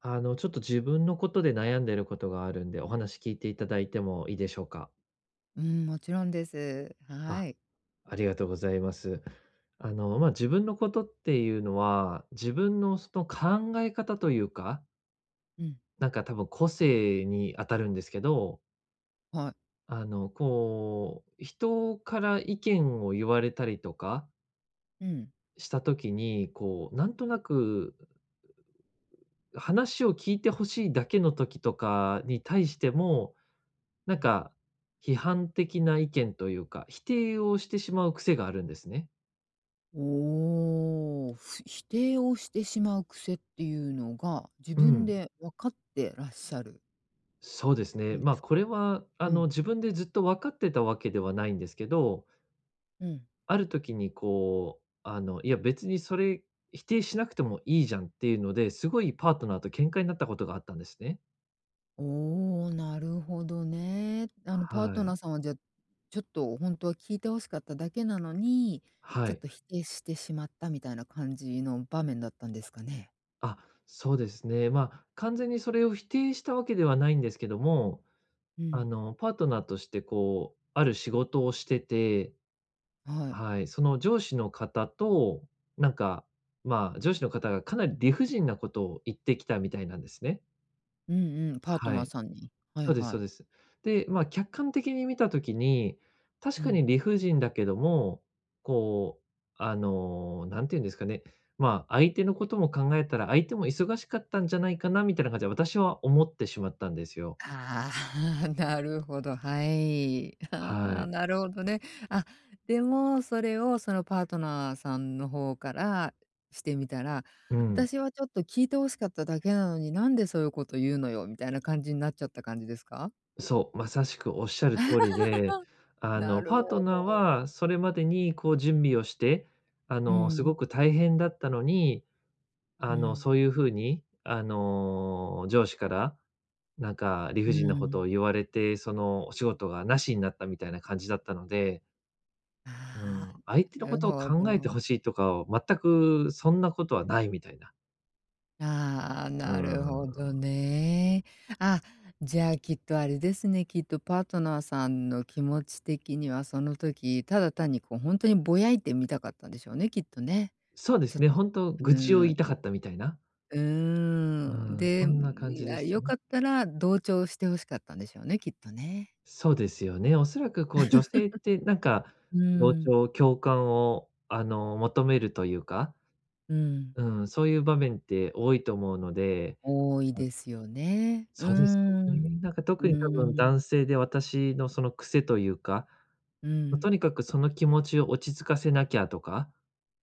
ちょっと自分のことで悩んでることがあるんで、お話聞いていただいてもいいでしょうか？うん、もちろんです。はあ、い。ありがとうございます。自分のことっていうのは、自分のその考え方というか、うん。なんか多分個性に当たるんですけど、はい。こう、人から意見を言われたりとかうん。した時に、こう、なんとなく話を聞いてほしいだけの時とかに対しても、なうんん。か、批判的な意見というか、否定をしてしまう癖があるんですね。おお、否定をしてしまう癖っていうのが、自う分ん。で分かってらっしゃるそうですね。んでまあ、すか？これは、あうん。の、自分でずっと分かってたわけではないんですけど、うん。ある時にこう、いや別にそれ否定しなくてもいいじゃんっていうので、すごいパートナーと喧嘩になったことがあったんですね。おお、なるほどね。パートはい。ナーさんはじゃ、ちょっとほんとは聞いて欲しかっただけなのに、はちょっい。と否定してしまったみたいな感じの場面だったんですかね？あ、そうですね。まあ、完全にそれを否定したわけではないんですけども、うん。パートナーとしてこう、ある仕事をしてて、はい。はい、その上司の方と、なんか、まあ、上司の方がかなり理不尽なことを言ってきたみたいなんですね。うんうん、パートはナーい。さんに。はいそうですはそうい。です。で、まあ、客観的に見たときに、う確かにん。理不尽だけども、こう、なんて言うんですかね、まあ、相手のことも考えたら、相手も忙しかったんじゃないかなみたいな感じで、私は思ってしまったんですよ。ああ、なるほど、はい。はああ、い。なるほどね。あ、でも、それをそのパートナーさんの方からしてみたら、うん。私はちょっと聞いて欲しかっただけなのに、なんでそういうこと言うのよみたいな感じになっちゃった感じですか？そう、まさしくおっしゃる通りで、なるパートほナーど。はそれまでにこう準備をして、うすん、ごく大変だったのに、うん、そういう風に、上司から、なんか理う不尽なことん。を言われて、そのお仕事がなしになったみたいな感じだったので、うあん、あ、相手のなこるとをほ考えてど。ほしいとかを全くそんなことはないみたいな。ああ、うなるん。ほどね。あ、じゃあきっとあれですね、きっとパートナーさんの気持ち的にはその時、ただ単にこうほんとにぼやいてみたかったんでしょうね、きっとね。そうでちすょっね、と、本当う愚痴をー言いたかん、ったみたいな。ううーん。ん、そで、んな感いじでや、したよかね。ったら同調して欲しかったんでしょうね、きっとね。そうですよね。おそらくこう女性ってなんか、う同ん、調、共感を求めるというか、うん。うん、そういう場面って多いと思うので、多いあ、ですよね。うーそうですよね。ん。なんかう特に多分ーん、男性で私のその癖というか、うま、とん、にかくその気持ちを落ち着かせなきゃとか、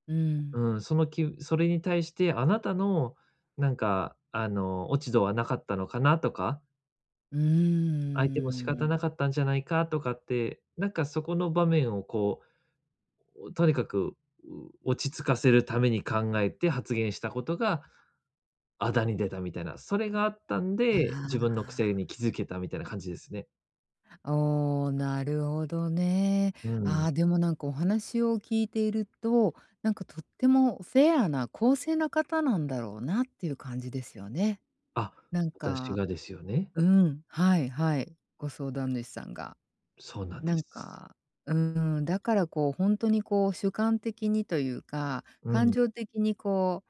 うん、うん、そのきそれに対してあなたのなんか、落ち度はなかったのかなとか、う相手も仕ー方ん。なかったんじゃないかとかって、なんかそこの場面をこうとにかく、落ち着かせるために考えて発言したことが、あだに出たみたいな、それがあったんあで、自分のあ。癖に気づけたみたいな感じですね。おお、なるほどね。うあん。あ、でもなんかお話を聞いていると、なんかとってもフェアな公正な方なんだろうなっていう感じですよね。あ、なん私かがですよね。うん、はいはい、ご相談主さんが。そうなんでなんす。か、うん、だからこう本当にこう主観的にというか、う感ん、情的にこう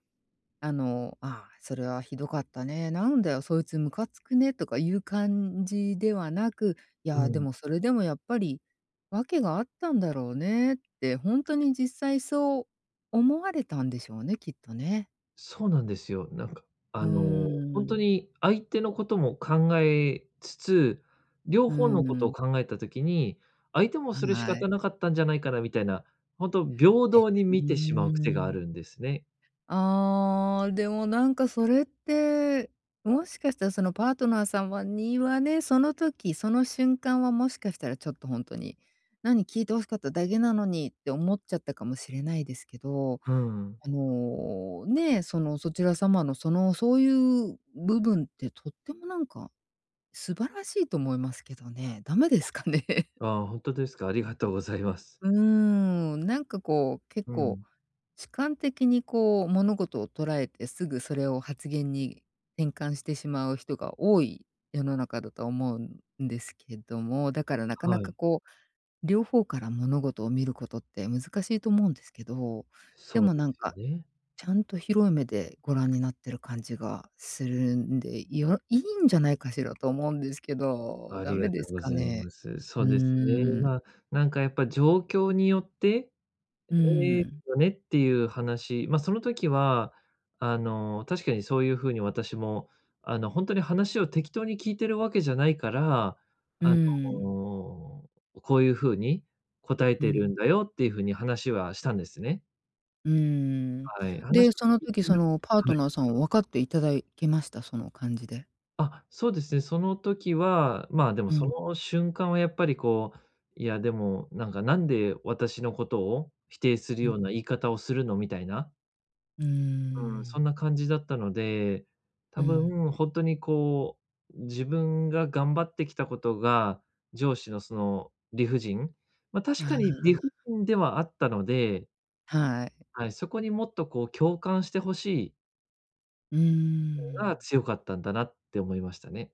ああ、それはひどかったね、なんだよ、そいつムカつくねとかいう感じではなく、いうや、でん。もそれでもやっぱり、わけがあったんだろうねって、ほんとに実際そう思われたんでしょうね、きっとね。そうなんですよ。なんか、うあーの、ほんとん。に相手のことも考えつつ、両うー方のことをん。考えた時に、相手もそれ仕は方い。なかったんじゃないかなみたいな、ほんと平え、等にうー見てしまう癖があん。るんですね。あーでもなんかそれって、もしかしたらそのパートナー様にはね、その時、その瞬間はもしかしたらちょっと本当に、「何、聞いて欲しかっただけなのに」って思っちゃったかもしれないですけど、うん。ね、そのそちら様のその、そういう部分ってとってもなんか素晴らしいと思いますけどね、ダメですかね？ああ、本当ですか。ありがとうございます。うーん、なんかこう、結う構ん。主観的にこう物事を捉えて、すぐそれを発言に転換してしまう人が多い世の中だと思うんですけども、だからなかなはかい、こう、両方から物事を見ることって難しいと思うんですけど、でそうもでなんすよか、ね。ちゃんと広い目でご覧になってる感じがするんで、いいんじゃないかしらと思うんですけど、あダりメがでとすうごかざいね？ます。そううですね。ーん。まあ、なんかやっぱ状況によって、うええ、ん。よねっていう話、まあ、その時は、確かにそういう風に私も、本当に話を適当に聞いてるわけじゃないから、うあの、ん。こういう風に答えうてん、るんだよっていう風に話はしたんですね。うーん。はい、話で、をその聞い時、てそなのパーはトい。ナーさんは分かっていただけました？その感じで。あ、そうですね。その時は、まあ、でもうそん、の瞬間はやっぱりこう、いやでも、なんか「なんで私のことを否定するうん。ような言い方をするの」みたいな、うーうん、そんん。な感じだったので、多うん。分本当にこう、自分が頑張ってきたことが、上司のその理不尽、ま、確かにあ理不尽ではあったので、あ、はい。はい、そこにもっとこう共感してほしいうーのがん。強かったんだなって思いましたね。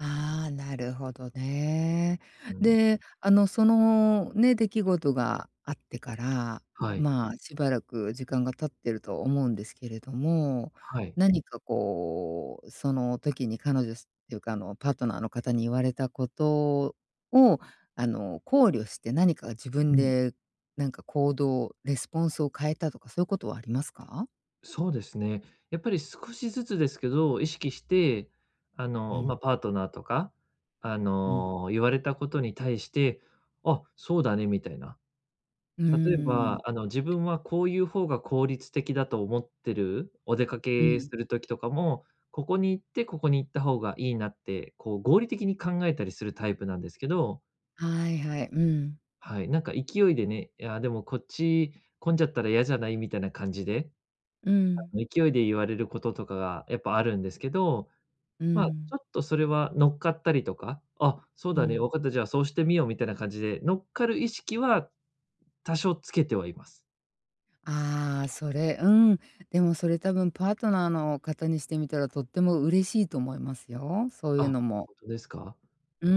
ああ、なるほどね。うん。で、そのね、出来事があってから、はい。まあ、しばらく時間が経ってると思うんですけれども、はい。何かこう、その時に彼女っていうか、パートナーの方に言われたことを、考慮して何か自分うん。で、なんか行動、レスポンスを変えたとか、そういうことはありますか？そうですね。やっぱり少しずつですけど、意識して、うん、まあ、パートナーとか、うん。言われたことに対して、「あ、そうだね」みたいな。う例えーば、ん。自分はこういう方が効率的だと思ってる、お出かうけすん。る時とかも、ここに行って、ここに行った方がいいなって、こう合理的に考えたりするタイプなんですけど、はいはい。うん。はい、なんか勢いでね、「いや、でもこっち混んじゃったら嫌じゃない？」みたいな感じでうん。勢いで言われることとかがやっぱあるんですけど、うまあ、ちょん、っとそれは乗っかったりとか、あ、そううだね、分ん。かった、じゃあそうしてみようみたいな感じで、乗っかる意識は多少つけてはいます。ああ、それ、うん。でもそれ多分パートナーの方にしてみたらとっても嬉しいと思いますよ、そういうあ、のも。本当ですか？うー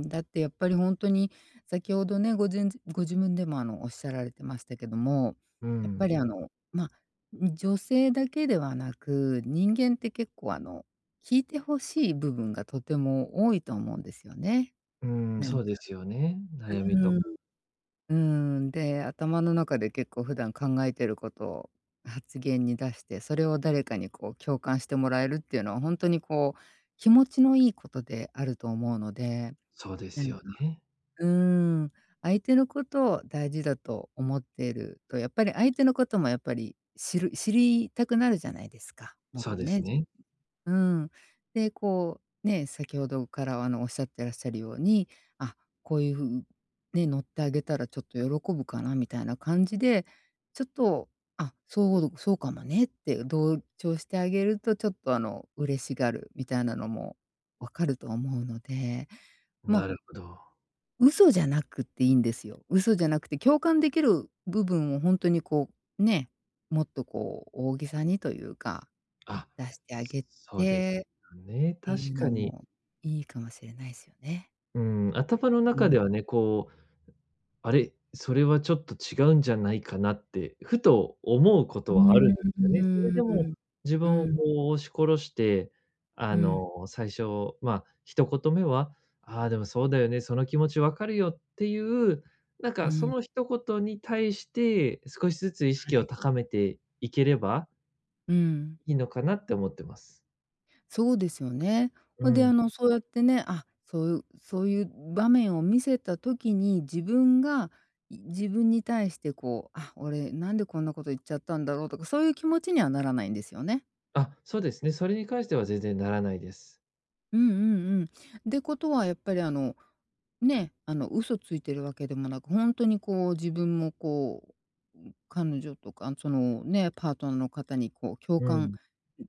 ん、だってやっぱりほんとに先ほどね、ごじんご自分でもおっしゃられてましたけども、うやっぱん。りま、女性だけではなく、人間って結構聞いて欲しい部分がとても多いと思うんですよね。うん、なんそうかですよね。悩みうとか。ーん。うーん、で、頭の中で結構普段考えてることを発言に出して、それを誰かにこう共感してもらえるっていうのはほんとにこう、気持ちのいいことであると思うので、そうでなすんかよね。うーん、相手のことを大事だと思っていると、やっぱり相手のこともやっぱり知りたくなるじゃないですか、もっそうとですね。ね。うん。で、こう、ね、先ほどからおっしゃってらっしゃるように、あ、こういうふうね、乗ってあげたらちょっと喜ぶかなみたいな感じで、ちょっと、あ、そうそうかもねって同調してあげると、ちょっと嬉しがるみたいなのもわかると思うので、まなるあ、ほど。嘘じゃなくていいんですよ。嘘じゃなくて、共感できる部分を本当にこう、ね、もっとこう、大げさにというか、あ、出してあげてそうですよね、て確いうかのに。もいいかもしれないすよね。うん、頭のう中でん。はね、こうあれ、それはちょっと違うんじゃないかなって、ふと思うこうとはあるんですよね。それでも、ーん。自う分をこん、う押し殺して、うん、最初、まあ、一言目は、「ああ、でもそうだよね、その気持ちわかるよ」っていう、なんうかそん、の一言に対して、少しずつ意は識をい。高めていければうん。いいのかなって思ってます。そうですよね。うほんで、ん。そうやってね、あ、そういうそういう場面を見せた時に、自分が、自分に対してこう、「あ、俺なんでこんなこと言っちゃったんだろう」とか、そういう気持ちにはならないんですよね？あ、そうですね、それに関しては全然ならないです。うんうんうん。ってことはやっぱりね、嘘ついてるわけでもなく、本当にこう自分もこう、彼女とかそのね、パートナーの方にこう共う感ん。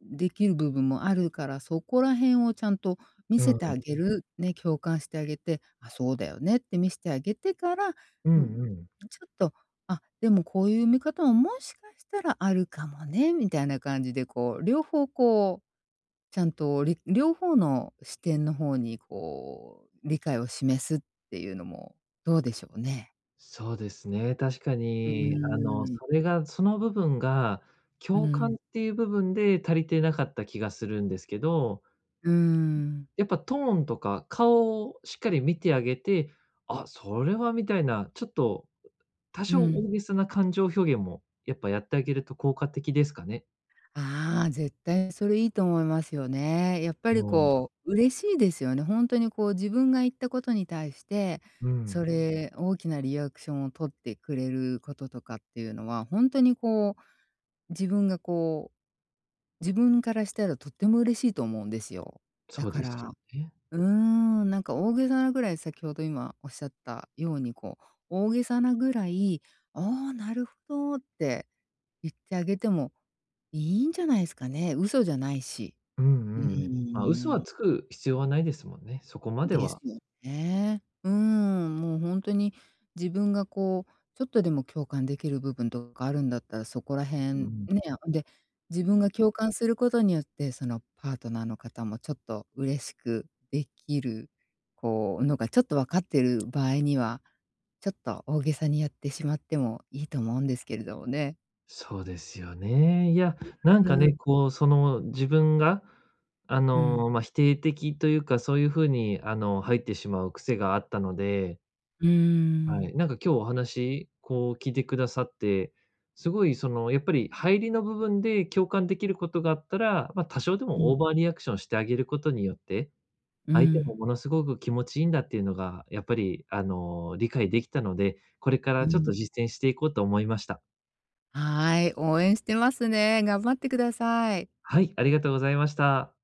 できる部分もあるから、そこら辺をちゃんと見うせてあん。げる、ね、共感してあげて、あ、そうだよねって見せてあげてから、ううん、んうん。ちょっと、あ、でもこういう見方ももしかしたらあるかもねみたいな感じでこう、両方こうちゃんと、両方の視点の方にこう、理解を示すっていうのもどうでしょうね。そうですね、確かうーに、ん。それがその部分が、う共感ん。っていう部分で足りてなかった気がするんですけど、うーん。やっぱトーンとか顔をしっかり見てあげて、あ、それはみたいな、ちょっと多う少ん。大げさな感情表現もやっぱやってあげると効果的ですかね。ああ、絶対それいいと思いますよね。やっぱりもう、こう、嬉しいですよね。ほんとにこう自分が言ったことに対して、うそん、れ大きなリアクションを取ってくれることとかっていうのは、ほんとにこう、自分がこう、自分からしたらとっても嬉しいと思うんですよ。だそうかですよらね。うーん、なんか大げさなぐらい先ほど今おっしゃったように、こう、大げさなぐらい、「ああ、なるほど」って言ってあげてもいいんじゃないですかね。嘘じゃないし。うんううん。まあ、嘘はーん。つく必要はないですもんね。そこまでですは。よね。うん、もう本当に自分がこう、ちょっとでも共感できる部分とかあるんだったら、そこらう辺ん。ね、で、自分が共感することによって、そのパートナーの方もちょっと嬉しくできる、こう、のがちょっと分かってる場合には、ちょっと大げさにやってしまってもいいと思うんですけれどもね。そうですよね。いや、なんうかん、ね、こう、その、自分が、うん、否定的というか、そういう風に、入ってしまう癖があったので、うーはい。ん、なんか今日お話、こう、聞いてくださって、すごい、その、やっぱり入りの部分で共感できることがあったら、まあ、多少でうもオん、ーバーリアクションしてあげることによって、う相手もん、ものすごく気持ちいいんだっていうのが、やっぱり、理解できたので、これからうちょっとん。実践していこうと思いました。はい、応援してますね。頑張ってください。はい、ありがとうございました。